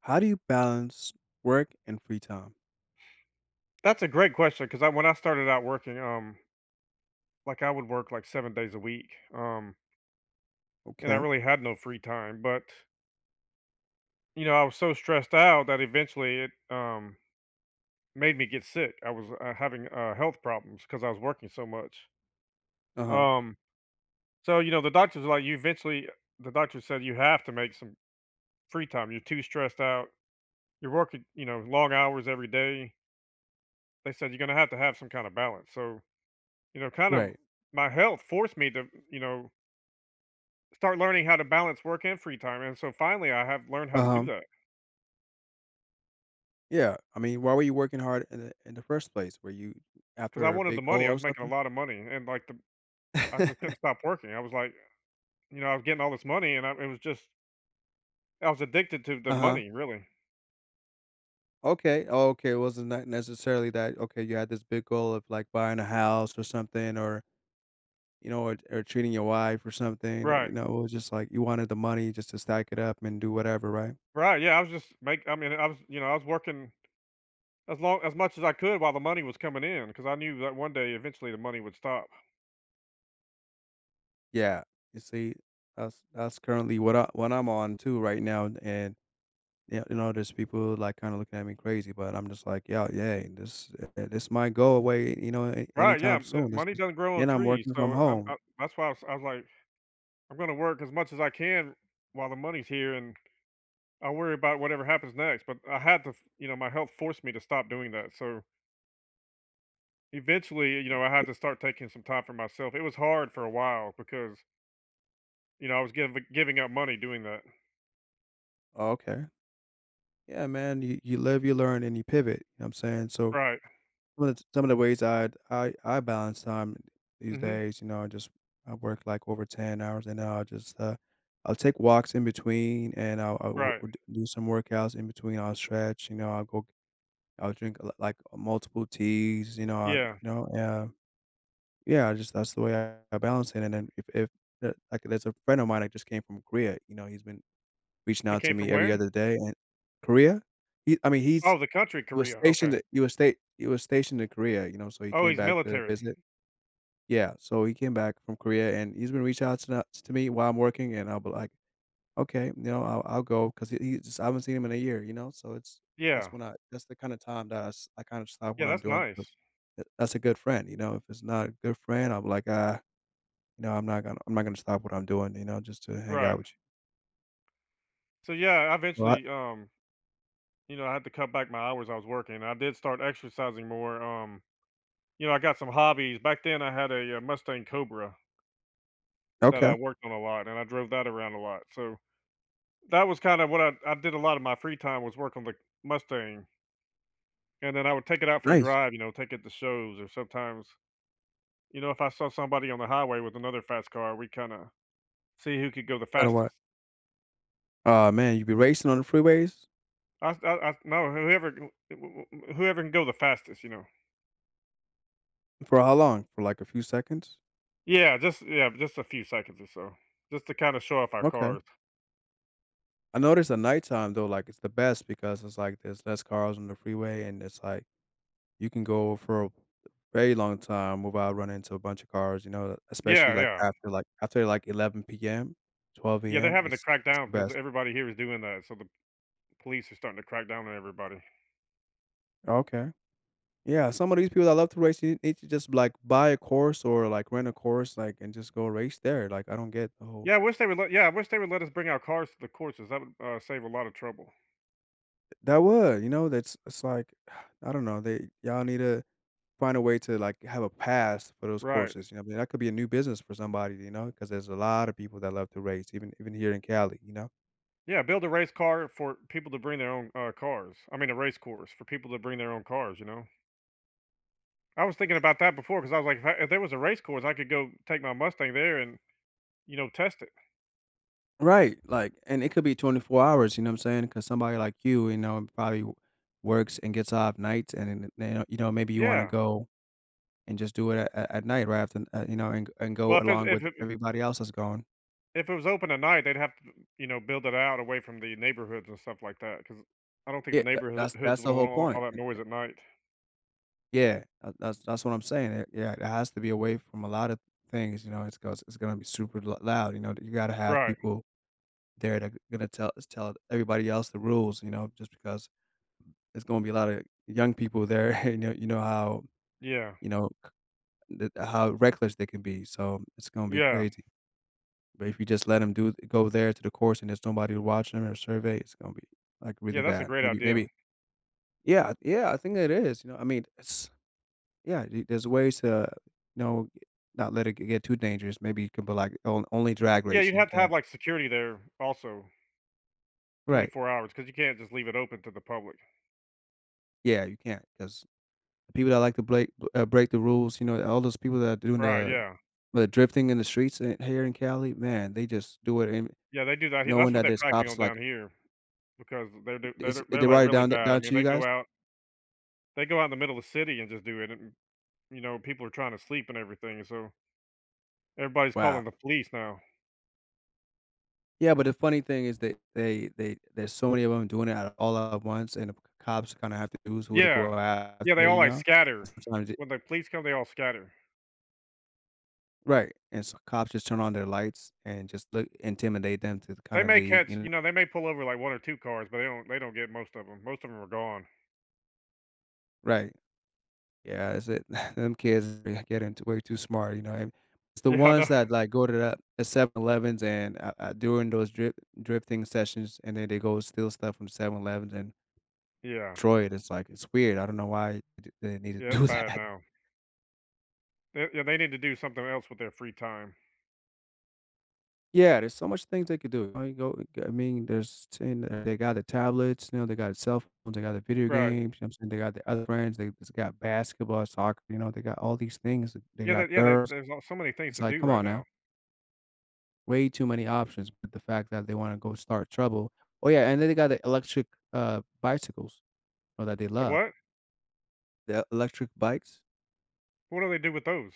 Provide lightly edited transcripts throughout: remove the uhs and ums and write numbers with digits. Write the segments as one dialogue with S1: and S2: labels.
S1: How do you balance work and free time?
S2: That's a great question because I when I started out working, like I would work like 7 days a week, and I
S1: Okay.
S2: really had no free time. But I was so stressed out that eventually it made me get sick. I was having health problems because I was working so much.
S1: Uh-huh.
S2: Um, the doctors were like, the doctor said you have to make some free time. You're too stressed out. You're working, long hours every day. They said you're gonna have to have some kind of balance. Kind of
S1: Right.
S2: my health forced me to, you know start learning how to balance work and free time, and so finally, I have learned how to do
S1: Uh-huh.
S2: that.
S1: Yeah. I mean, why were you working hard in the first place? Were you
S2: Because I
S1: after a
S2: wanted the
S1: big goal
S2: money, I
S1: or
S2: was making a
S1: something?
S2: lot of money, and, like, the I just couldn't stop working. I was like, I was getting all this money, and I it was just I was addicted to the
S1: Uh-huh.
S2: money, really.
S1: Okay. Oh, okay. It wasn't not necessarily that okay, you had this big goal of like buying a house or something or you know, or treating your wife or something. or,
S2: Right.
S1: You know, it was just like you wanted the money just to stack it up and do whatever, right?
S2: Right, yeah, I mean, I was working as much as I could while the money was coming in, because I knew that one day, eventually, the money would stop.
S1: Yeah. You see, that's currently what I'm on too right now. And yeah, you know, there's people like kind of looking at me crazy, but I'm just like, yeah, yeah, this this might go away, you know,
S2: Right, yeah,
S1: anytime
S2: yeah,
S1: soon. This
S2: money
S1: is,
S2: doesn't grow on
S1: and I'm
S2: trees,
S1: working from
S2: so I'm
S1: home.
S2: I that's why I was like, "I'm gonna work as much as I can while the money's here," and I worry about whatever happens next, but I had to, my health forced me to stop doing that. So eventually, I had to start taking some time for myself. It was hard for a while because, I was giving up money doing that.
S1: Oh, okay, yeah, man, you live, you learn, and you pivot. You know what I'm saying? So
S2: Right.
S1: some of the ways I balance time these
S2: Mhm.
S1: days, you know, I work like over 10 hours, and then I'll just I'll take walks in between, and I'll
S2: Right.
S1: do some workouts in between. I'll stretch, you know, I'll go, I'll drink like multiple teas, you know, I, you
S2: Yeah.
S1: know, yeah. Yeah, I just that's the way I balance it, and then if the like, there's a friend of mine that just came from Korea, you know, he's been reaching
S2: He
S1: out to
S2: came
S1: me
S2: from
S1: every
S2: where?
S1: other day, and Korea? He I mean, he's
S2: Oh, the country
S1: he was
S2: Korea.
S1: stationed
S2: Okay.
S1: at he was sta he was stationed in Korea, you know, so he
S2: Oh,
S1: came
S2: he's
S1: back to
S2: military.
S1: visit. Yeah, so he came back from Korea, and he's been reaching out to not to me while I'm working, and I'll be like, "Okay, you know, I'll go," 'cause he just I haven't seen him in a year, you know, so it's that's
S2: Yeah.
S1: when I that's the kinda time that I kinda stop
S2: Yeah,
S1: what I'm
S2: that's
S1: doing because
S2: nice.
S1: th that's a good friend, you know? If it's not a good friend, I'm like, "Ah." You know, I'm not gonna stop what I'm doing, you know, just to hang
S2: Right.
S1: out with you.
S2: So yeah, I
S1: Right.
S2: eventually I had to cut back my hours I was working. I did start exercising more. I got some hobbies. Back then I had a Mustang Cobra that I
S1: Okay,
S2: worked on a lot, and I drove that around a lot, so that was kind of what I did. A lot of my free time was work on the Mustang, and then I would take it out for a
S1: nice.
S2: drive, take it to shows or sometimes, if I saw somebody on the highway with another fast car, we kinda see who could go the
S1: Kinda what?
S2: fastest.
S1: Aw, man, you be racing on the freeways?
S2: I, no, whoever g w w whoever can go the fastest, you know?
S1: For how long? For, like, a few seconds?
S2: Yeah, just a few seconds or so, just to kinda show off our
S1: Okay.
S2: cars.
S1: I noticed at nighttime, though, like, it's the best because it's like there's less cars on the freeway, and it's like you can go for a very long time without running into a bunch of cars, you know, especially,
S2: Yeah,
S1: like,
S2: yeah.
S1: after, like, 11 PM, 12
S2: Yeah, they're
S1: AM,
S2: having to
S1: it's
S2: crack
S1: it's
S2: down
S1: the
S2: because
S1: best.
S2: everybody here is doing that, so the police are starting to crack down on everybody.
S1: Okay. Yeah, some of these people that love to race, you need to just like buy a course or like rent a course, like and just go race there. Like I don't get the whole
S2: Yeah, I wish they would let us bring our cars to the courses. That would, save a lot of trouble.
S1: that would, you know, that's it's like I don't know. They y'all need to find a way to like have a pass for those
S2: Right.
S1: courses. You know, I mean that could be a new business for somebody, you know, because there's a lot of people that love to race, even here in Cali, you know.
S2: Yeah, build a race car for people to bring their own, cars. I mean, a race course for people to bring their own cars, you know? I was thinking about that before because I was like, "If there was a race course, I could go take my Mustang there and, test it."
S1: Right, like, and it could be 24 hours. You know what I'm saying? Because somebody like you know, probably works and gets off nights, and then, you know, maybe you want to
S2: Yeah.
S1: go and just do it at night right after you know, and go
S2: Well,
S1: along with everybody else that's going.
S2: if it was open at night, they'd have to, build it out away from the neighborhoods and stuff like that because I don't think the
S1: Yeah, that's
S2: neighborhoods would
S1: the whole
S2: want all
S1: point,
S2: all that
S1: and
S2: noise at night.
S1: yeah, that's what I'm saying, eh yeah, it has to be away from a lot of things, you know, it's 'cause it's gonna be super l loud, you know, you gotta have
S2: Right.
S1: people there that gonna tell everybody else the rules, you know, just because there's gonna be a lot of young people there, you know how
S2: Yeah.
S1: you know, c the how reckless they can be, so it's gonna be
S2: Yeah.
S1: crazy. But if you just let them do go there to the course and there's nobody watching them or survey, it's gonna be, like,
S2: Yeah,
S1: really
S2: that's a
S1: bad.
S2: great
S1: Maybe
S2: idea.
S1: Yeah, yeah, I think it is, you know, I mean, it's yeah, there's ways to, you know, not let it g get too dangerous. Maybe you can put, like, on only drag
S2: Yeah, you'd
S1: racing, you
S2: have to have,
S1: can't
S2: like, security there also
S1: Right.
S2: 24 hours, because you can't just leave it open to the public.
S1: Yeah, you can't 'cause the people that like to break the rules, you know, all those people that are doing
S2: Right, yeah.
S1: the drifting in the streets in here in Cali, man, they just do it and
S2: Yeah, they do that. He That's
S1: knowing
S2: what
S1: that
S2: they're
S1: there's
S2: cracking on
S1: cops, like,
S2: down here because they're do
S1: it's
S2: they're,
S1: they
S2: like,
S1: write it
S2: really
S1: down
S2: bad. I mean,
S1: to you guys?
S2: they go out in the middle of the city and just do it, and, people are trying to sleep and everything, so everybody's
S1: Wow.
S2: calling the police now.
S1: Yeah, but the funny thing is that they there's so many of them doing it at all at once, and the cops kinda have to choose who to
S2: Yeah.
S1: go
S2: Yeah, they
S1: after,
S2: all,
S1: you
S2: like,
S1: know? And
S2: scatter.
S1: sometimes it
S2: When the police come, they all scatter.
S1: Right, and so cops just turn on their lights and just look intimidate them to
S2: They
S1: kinda
S2: may
S1: leave, you
S2: catch you
S1: know?
S2: know, they may pull over, like, one or two cars, but they don't get most of them. Most of them are gone.
S1: Right. Yeah, that's it. Them kids, they get into way too smart, you know, and it's the
S2: Yeah, I know.
S1: ones that, like, go to the 7 Elevens and, during those drip drifting sessions, and then they go steal stuff from Seven Elevens and
S2: Yeah.
S1: destroy it. It's like, it's weird. I don't know why th they need to
S2: Yeah, it's
S1: do
S2: bad
S1: that.
S2: now. They Yeah, they need to do something else with their free time.
S1: Yeah, there's so much things they could do. Oh, you go I mean, there's and they got the tablets, you know, they got cell phones, they got the video
S2: Right.
S1: games, you know what I'm saying? They got the other brands, they just got basketball, soccer, you know, they got all these things. They
S2: Yeah, there
S1: got
S2: yeah, there
S1: girls.
S2: there's so many things
S1: It's
S2: to
S1: like,
S2: do
S1: come
S2: right
S1: on
S2: now.
S1: now. Way too many options, but the fact that they wanna go start trouble. Oh, yeah, and then they got the electric, bicycles, you know, that they
S2: The
S1: love.
S2: what?
S1: The electric bikes.
S2: What do they do with those?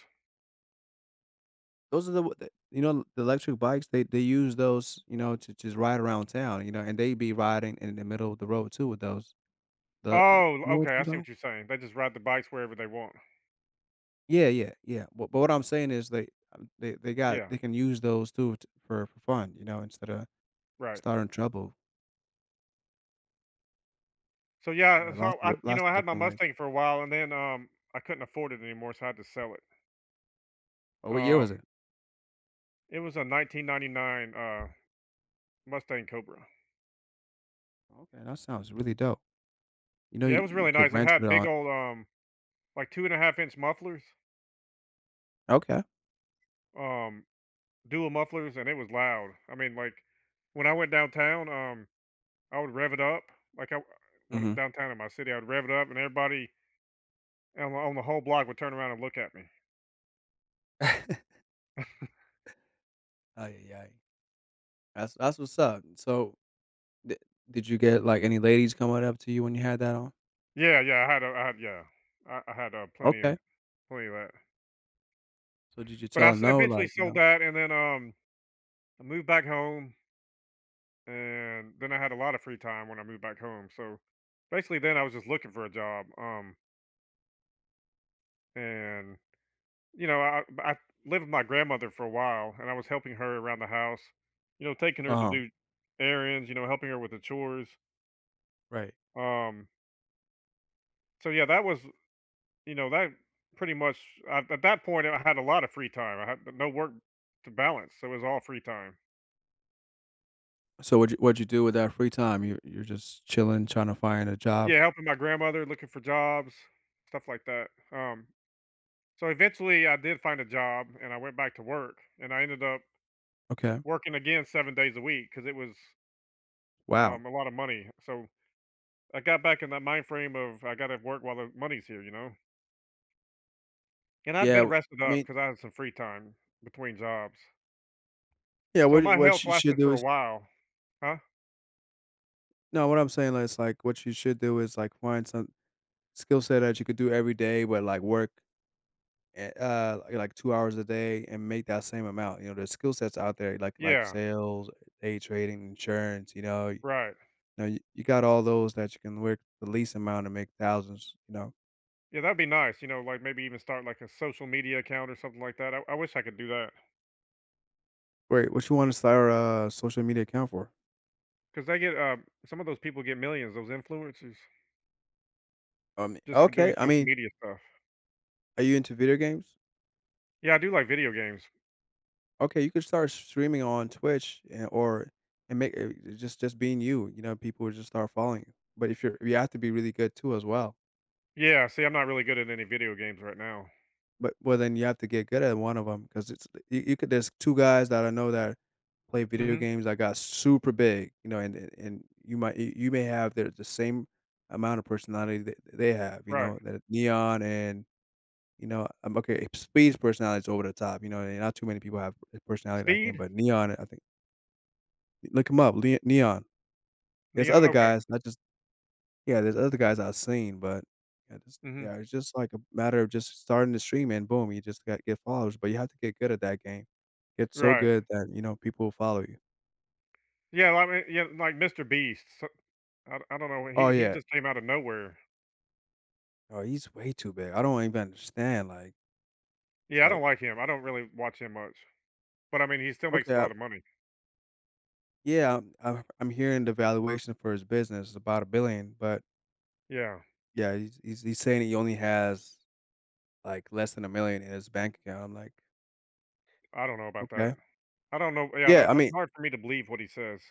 S1: Those are the you know, the electric bikes, they use those, you know, to just ride around town, you know, and they be riding in the middle of the road too with those. The you
S2: Oh,
S1: know which
S2: okay, I
S1: comes
S2: see what
S1: out?
S2: you're saying. They just ride the bikes wherever they want.
S1: Yeah. But what I'm saying is they got
S2: Yeah,
S1: they can use those too t for fun, you know, instead of
S2: right.
S1: starting trouble.
S2: So,
S1: Yeah,
S2: yeah,
S1: lots of w lots
S2: I
S1: of
S2: had my
S1: different ways.
S2: Mustang for a while, and then, I couldn't afford it anymore, so I had to sell it.
S1: Oh, what year was
S2: Um,
S1: it?
S2: it was a 1999, Mustang Cobra.
S1: Okay, that sounds really dope. You know,
S2: Yeah, it was
S1: you
S2: really
S1: could
S2: nice. It
S1: rent it
S2: had big
S1: on
S2: old, like, 2.5-inch mufflers,
S1: Okay.
S2: um, dual mufflers, and it was loud. I mean, like, when I went downtown, I would rev it up, like, I when
S1: Mhm.
S2: downtown in my city, I would rev it up, and everybody on the whole block would turn around and look at me.
S1: Oh yeah, yeah. That's what's up. So, di did you get, like, any ladies coming up to you when you had that on?
S2: Yeah, yeah, I had a I had yeah, I had,
S1: Okay.
S2: plenty of that.
S1: So did you
S2: But I
S1: tell
S2: s
S1: them no,
S2: eventually
S1: like,
S2: sold
S1: "No?"
S2: that, and then, I moved back home, and then I had a lot of free time when I moved back home, so, basically, then I was just looking for a job, and, I lived with my grandmother for a while, and I was helping her around the house, taking her to
S1: Uh-huh.
S2: do errands, helping her with the chores,
S1: Right.
S2: um So yeah, that was you know that pretty much I, at that point I had a lot of free time. I had no work to balance, so it was all free time.
S1: So what you do with that free time? You're just chilling, trying to find a job?
S2: Yeah, helping my grandmother, looking for jobs, stuff like that. So eventually I did find a job and I went back to work and I ended up
S1: Okay.
S2: working again 7 days a week because it was
S1: Wow.
S2: a lot of money. So I got back in that mind frame of I got to work while the money's here. And I'd
S1: Yeah,
S2: been
S1: w
S2: rested
S1: I
S2: up
S1: mean
S2: because I had some free time between jobs.
S1: yeah,
S2: So
S1: what
S2: my
S1: what
S2: health
S1: you should
S2: lasted for
S1: do
S2: a
S1: is
S2: while, huh?
S1: no, what I'm saying is, like, what you should do is, like, find some skill set that you could do every day, but, like, work, like 2 hours a day and make that same amount, you know, there's skill sets out there like
S2: Yeah.
S1: sales, day trading, insurance, you know? You
S2: Right.
S1: know, you got all those that you can work the least amount and make thousands, you know?
S2: Yeah, that'd be nice. Like maybe even start like a social media account or something like that. I wish I could do that
S1: Wait, what you wanna start a social media account for?
S2: because they get some of those people get millions, those influencers, just for doing
S1: Okay, I
S2: social
S1: mean,
S2: media stuff.
S1: are you into video games?
S2: Yeah, I do like video games.
S1: Okay, you could start streaming on Twitch and or and make just being you, you know, people would just start following you. But if you're you have to be really good too as well.
S2: Yeah, see, I'm not really good at any video games right now.
S1: But well, then you have to get good at one of them because it's you, you could. There's two guys that I know that play video
S2: Mm-hmm.
S1: games that got super big, you know, and and you might you may have the same amount of personality that they have, you
S2: Right.
S1: know, that Neon and you know, okay, Speed's personality is over the top, you know, and not too many people have a personality like him,
S2: Speed,
S1: but Neon, I think look him up, Neon. There's
S2: Neon.
S1: other
S2: Okay.
S1: guys, not just yeah, there's other guys I've seen, but yeah, just
S2: Mm-hmm.
S1: yeah, it's just like a matter of just starting to stream and boom, you just got to get followers, but you have to get good at that game. Get so
S2: Right.
S1: good that, you know, people will follow you.
S2: Yeah, like Mr. Beast. So, I don't know.
S1: Oh,
S2: He
S1: yeah.
S2: just came out of nowhere.
S1: Oh, he's way too big. I don't even understand, like, it's
S2: Yeah, I
S1: like,
S2: don't like him. I don't really watch him much, but I mean, he still makes
S1: okay,
S2: a
S1: I
S2: lot of money.
S1: yeah, I'm hearing the valuation for his business is about 1,000,000,000 but
S2: Yeah.
S1: yeah, he's saying he only has, like, less than 1,000,000 in his bank account. I'm like,
S2: I don't know about that.
S1: "Okay."
S2: I don't know, yeah,
S1: Yeah,
S2: that
S1: I
S2: that's
S1: mean
S2: hard for me to believe what he says.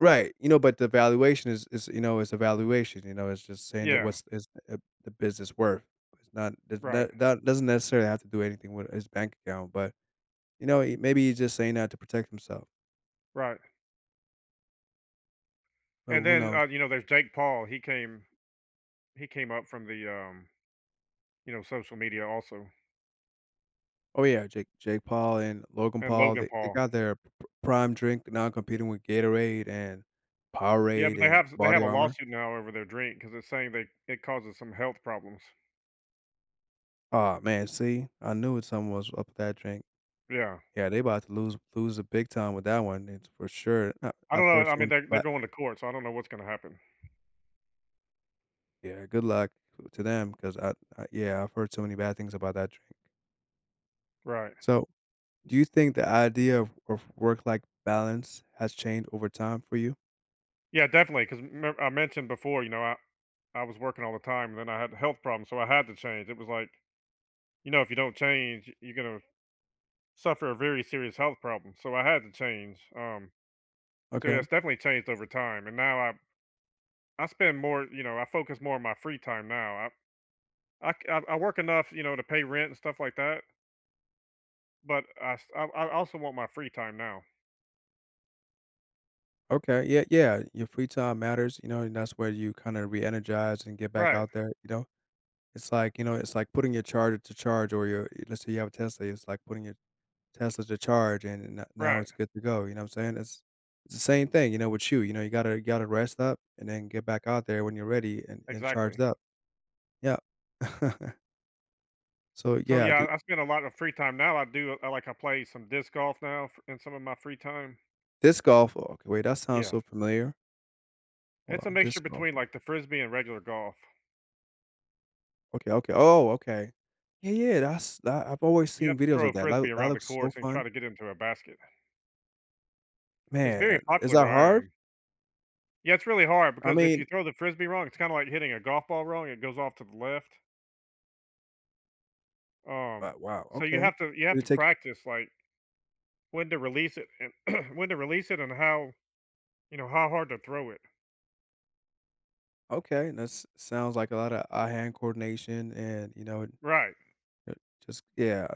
S1: right, you know, but the valuation is, you know, its a valuation, you know, it's just saying that
S2: Yeah,
S1: what's is the business worth. It's not
S2: right,
S1: that doesn't necessarily have to do anything with his bank account, but, you know, he maybe he's just saying that to protect himself,
S2: right,
S1: but
S2: and
S1: who
S2: then,
S1: knows?
S2: there's Jake Paul, he came up from the, social media also,
S1: Oh, yeah, Jake Paul and Logan
S2: and
S1: Paul,
S2: Logan
S1: they
S2: Paul.
S1: got their p prime drink now competing with Gatorade and
S2: Yeah,
S1: Powerade
S2: but they
S1: and
S2: have they have
S1: Body
S2: a
S1: Armor.
S2: lawsuit now over their drink because it's saying they it causes some health problems.
S1: Aw, man, see? I knew it something was up with that drink.
S2: Yeah.
S1: Yeah, they about to lose a big time with that one, it's for sure.
S2: I don't
S1: I've
S2: know,
S1: heard
S2: I mean,
S1: someone
S2: they're going to court, so I don't know what's gonna happen.
S1: Yeah, good luck to them 'cause I yeah, I've heard so many bad things about that drink.
S2: Right.
S1: So, do you think the idea of work-life balance has changed over time for you?
S2: Yeah, definitely. Because I mentioned before, I was working all the time, and then I had health problems, so I had to change. It was like, if you don't change, you're gonna suffer a very serious health problem, so I had to change. So
S1: Okay.
S2: that's definitely changed over time, and now I spend more. I focus more on my free time now. I work enough, to pay rent and stuff like that, but I also want my free time now.
S1: Okay, yeah, yeah, your free time matters, you know, and that's where you kinda re-energize and get back
S2: Right,
S1: out there, you know? It's like, you know, it's like putting your charger to charge or your let's say you have a Tesla, it's like putting your Tesla to charge and n now
S2: right,
S1: it's good to go, you know what I'm saying? It's the same thing, you know, with you, you know, you gotta rest up and then get back out there when you're ready and
S2: exactly.
S1: charged up. Yeah. So,
S2: So
S1: yeah,
S2: yeah,
S1: the
S2: I spend a lot of free time now. Like I play some disc golf now in some of my free time.
S1: disc golf Oh, okay, wait, that sounds
S2: Yeah,
S1: so familiar. Hold
S2: it's a
S1: on,
S2: mixture
S1: disc golf.
S2: between like the frisbee and regular golf.
S1: Okay, okay. Oh, okay. Yeah, yeah, that's that I've always
S2: You
S1: seen
S2: have to
S1: videos
S2: throw
S1: of
S2: a
S1: that.
S2: frisbee
S1: That
S2: around the
S1: looks so
S2: course and try
S1: fun.
S2: to get into a basket. It's
S1: Man,
S2: very
S1: is
S2: popular
S1: that
S2: where I
S1: hard?
S2: am. Yeah, it's really hard
S1: I
S2: because if you
S1: mean,
S2: throw the frisbee wrong, it's kinda like hitting a golf ball wrong, it goes off to the left. Um,
S1: wow,
S2: so
S1: okay.
S2: you have
S1: Did it
S2: to
S1: take
S2: practice, like, when to release it and when to release it and how, how hard to throw it.
S1: okay, that's sounds like a lot of eye-hand coordination and, you know,
S2: Right.
S1: uh, just yeah.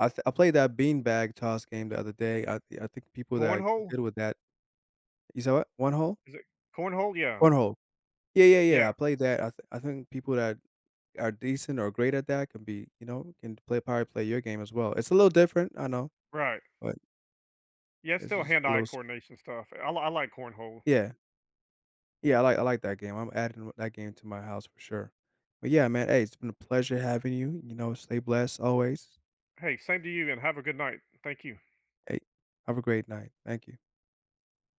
S1: I played that beanbag toss game the other day. I think people that are
S2: Cornhole?
S1: good with that you said what? One hole?
S2: Is it cornhole? Yeah.
S1: Cornhole. Yeah,
S2: Yeah,
S1: I played that. I think people that are decent or great at that can be you know, can play probably play your game as well. It's a little different, I know,
S2: right.
S1: but
S2: Yeah, it's
S1: it's
S2: still
S1: just a
S2: hand-eye
S1: little s
S2: coordination stuff. I like cornhole.
S1: Yeah. Yeah, I like that game. I'm adding that game to my house for sure. But yeah, man, hey, it's been a pleasure having you, you know, stay blessed always.
S2: Hey, same to you, and have a good night. Thank you.
S1: Hey, have a great night. Thank you.